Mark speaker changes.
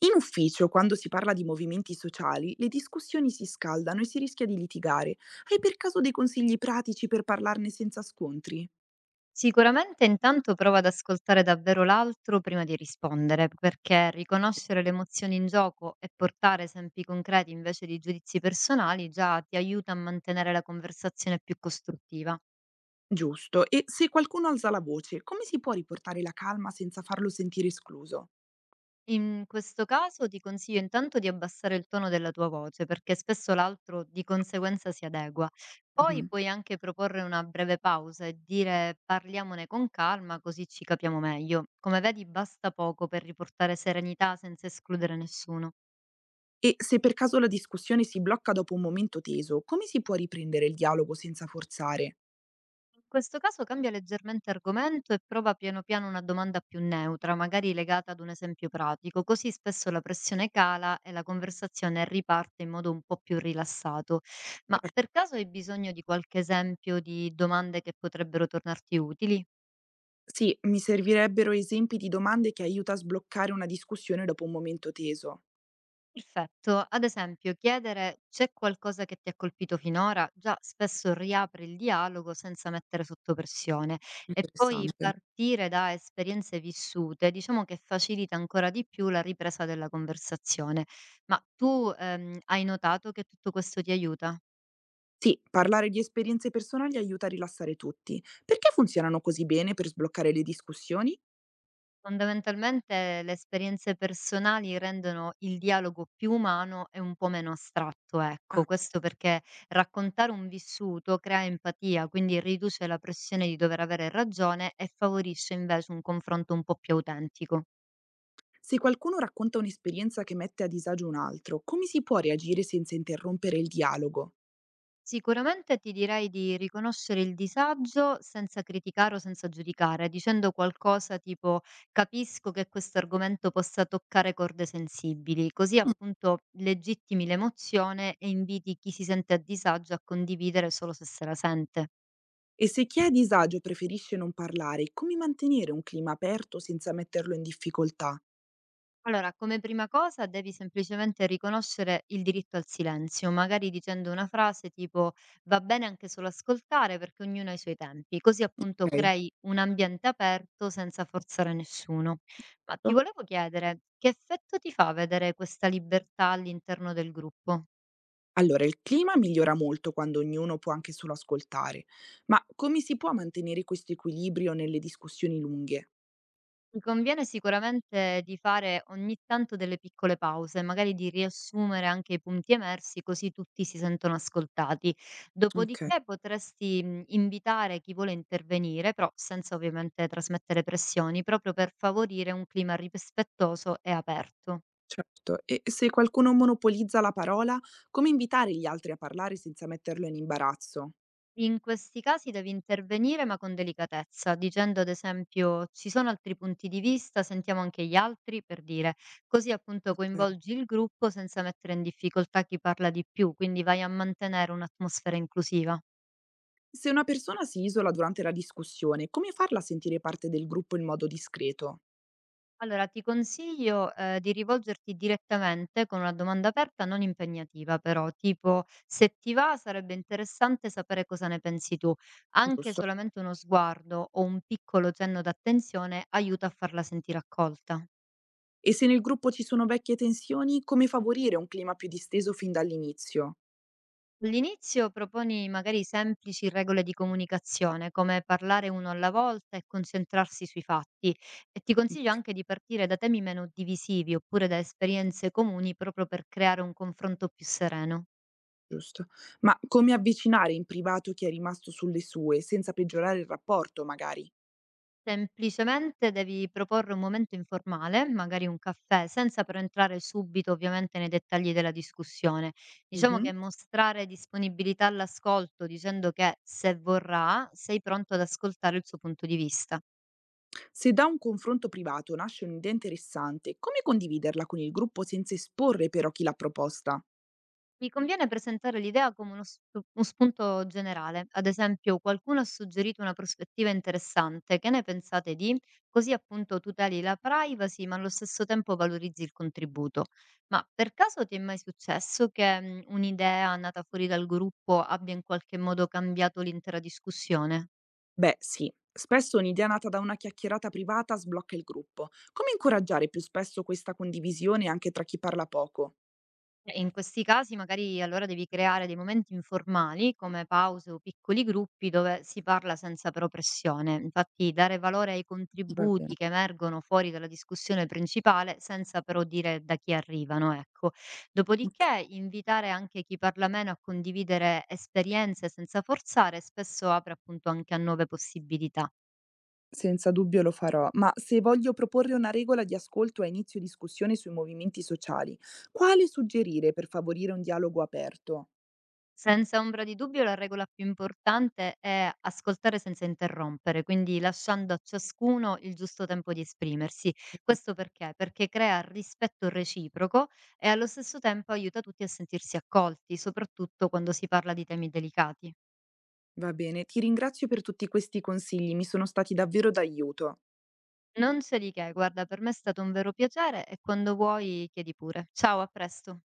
Speaker 1: In ufficio, quando si parla di movimenti sociali, le discussioni si scaldano e si rischia di litigare. Hai per caso dei consigli pratici per parlarne senza scontri?
Speaker 2: Sicuramente intanto prova ad ascoltare davvero l'altro prima di rispondere, perché riconoscere le emozioni in gioco e portare esempi concreti invece di giudizi personali già ti aiuta a mantenere la conversazione più costruttiva.
Speaker 1: Giusto, e se qualcuno alza la voce, come si può riportare la calma senza farlo sentire escluso?
Speaker 2: In questo caso ti consiglio intanto di abbassare il tono della tua voce, perché spesso l'altro di conseguenza si adegua. Poi
Speaker 1: Mhm.
Speaker 2: puoi anche proporre una breve pausa e dire parliamone con calma, così ci capiamo meglio. Come vedi, basta poco per riportare serenità senza escludere nessuno.
Speaker 1: E se per caso la discussione si blocca dopo un momento teso, come si può riprendere il dialogo senza forzare?
Speaker 2: In questo caso cambia leggermente argomento e prova piano piano una domanda più neutra, magari legata ad un esempio pratico, così spesso la pressione cala e la conversazione riparte in modo un po' più rilassato. Ma per caso hai bisogno di qualche esempio di domande che potrebbero tornarti utili?
Speaker 1: Sì, mi servirebbero esempi di domande che aiuta a sbloccare una discussione dopo un momento teso.
Speaker 2: Perfetto. Ad esempio, chiedere c'è qualcosa che ti ha colpito finora, già spesso riapre il dialogo senza mettere sotto pressione e poi
Speaker 1: Interessante.
Speaker 2: partire da esperienze vissute, diciamo che facilita ancora di più la ripresa della conversazione. Ma tu hai notato che tutto questo ti aiuta?
Speaker 1: Sì, parlare di esperienze personali aiuta a rilassare tutti. Perché funzionano così bene per sbloccare le discussioni?
Speaker 2: Fondamentalmente le esperienze personali rendono il dialogo più umano e un po' meno astratto,
Speaker 1: Ah,
Speaker 2: ecco. Questo perché raccontare un vissuto crea empatia, quindi riduce la pressione di dover avere ragione e favorisce invece un confronto un po' più autentico.
Speaker 1: se qualcuno racconta un'esperienza che mette a disagio un altro, come si può reagire senza interrompere il dialogo?
Speaker 2: Sicuramente ti direi di riconoscere il disagio senza criticare o senza giudicare, dicendo qualcosa tipo capisco che questo argomento possa toccare corde sensibili, così
Speaker 1: Mm,
Speaker 2: appunto legittimi l'emozione e inviti chi si sente a disagio a condividere solo se se la sente.
Speaker 1: e se chi è a disagio preferisce non parlare, come mantenere un clima aperto senza metterlo in difficoltà?
Speaker 2: Allora, come prima cosa devi semplicemente riconoscere il diritto al silenzio, magari dicendo una frase tipo va bene anche solo ascoltare perché ognuno ha i suoi tempi, così appunto
Speaker 1: Ok.
Speaker 2: crei un ambiente aperto senza forzare nessuno. Ma ti
Speaker 1: Certo.
Speaker 2: volevo chiedere, che effetto ti fa vedere questa libertà all'interno del gruppo?
Speaker 1: Allora, il clima migliora molto quando ognuno può anche solo ascoltare, ma come si può mantenere questo equilibrio nelle discussioni lunghe?
Speaker 2: Mi conviene sicuramente di fare ogni tanto delle piccole pause, magari di riassumere anche i punti emersi, così tutti si sentono ascoltati.
Speaker 1: Ok.
Speaker 2: Dopodiché potresti invitare chi vuole intervenire, però senza ovviamente trasmettere pressioni, proprio per favorire un clima rispettoso e aperto.
Speaker 1: Certo, e se qualcuno monopolizza la parola, come invitare gli altri a parlare senza metterlo in imbarazzo?
Speaker 2: In questi casi devi intervenire, ma con delicatezza, dicendo ad esempio: "Ci sono altri punti di vista, sentiamo anche gli altri", per dire. Così appunto
Speaker 1: Ok.
Speaker 2: coinvolgi il gruppo senza mettere in difficoltà chi parla di più, quindi vai a mantenere un'atmosfera inclusiva.
Speaker 1: Se una persona si isola durante la discussione, come farla sentire parte del gruppo in modo discreto?
Speaker 2: Allora, ti consiglio, di rivolgerti direttamente con una domanda aperta non impegnativa però, tipo: "Se ti va sarebbe interessante sapere cosa ne pensi tu". Anche
Speaker 1: Giusto.
Speaker 2: solamente uno sguardo o un piccolo cenno d'attenzione aiuta a farla sentire accolta.
Speaker 1: E se nel gruppo ci sono vecchie tensioni, come favorire un clima più disteso fin dall'inizio?
Speaker 2: All'inizio proponi magari semplici regole di comunicazione, come parlare uno alla volta e concentrarsi sui fatti, e ti consiglio
Speaker 1: Ok,
Speaker 2: anche di partire da temi meno divisivi oppure da esperienze comuni proprio per creare un confronto più sereno.
Speaker 1: giusto. Ma come avvicinare in privato chi è rimasto sulle sue, senza peggiorare il rapporto, magari?
Speaker 2: Semplicemente devi proporre un momento informale, magari un caffè, senza però entrare subito ovviamente nei dettagli della discussione. Diciamo
Speaker 1: Mhm.
Speaker 2: che mostrare disponibilità all'ascolto dicendo che se vorrà sei pronto ad ascoltare il suo punto di vista.
Speaker 1: Se da un confronto privato nasce un'idea interessante, come condividerla con il gruppo senza esporre però chi l'ha proposta?
Speaker 2: Mi conviene presentare l'idea come uno, uno spunto generale. Ad esempio, qualcuno ha suggerito una prospettiva interessante. Che ne pensate di? Così appunto tuteli la privacy, ma allo stesso tempo valorizzi il contributo. Ma per caso ti è mai successo che un'idea nata fuori dal gruppo abbia in qualche modo cambiato l'intera discussione?
Speaker 1: Beh, sì, spesso un'idea nata da una chiacchierata privata sblocca il gruppo. Come incoraggiare più spesso questa condivisione anche tra chi parla poco?
Speaker 2: In questi casi magari allora devi creare dei momenti informali come pause o piccoli gruppi dove si parla senza però pressione. Infatti dare valore ai
Speaker 1: Va bene,
Speaker 2: contributi che emergono fuori dalla discussione principale senza però dire da chi arrivano, ecco.
Speaker 1: ok.
Speaker 2: Dopodiché invitare anche chi parla meno a condividere esperienze senza forzare spesso apre appunto anche a nuove possibilità.
Speaker 1: Senza dubbio lo farò, ma se voglio proporre una regola di ascolto a inizio discussione sui movimenti sociali, quale suggerire per favorire un dialogo aperto?
Speaker 2: Senza ombra di dubbio la regola più importante è ascoltare senza interrompere, quindi lasciando a ciascuno il giusto tempo di esprimersi. Questo perché? Perché crea rispetto reciproco e allo stesso tempo aiuta tutti a sentirsi accolti, soprattutto quando si parla di temi delicati.
Speaker 1: Va bene, ti ringrazio per tutti questi consigli, mi sono stati davvero d'aiuto.
Speaker 2: Non c'è di che, guarda, per me è stato un vero piacere e quando vuoi chiedi pure. Ciao, a presto.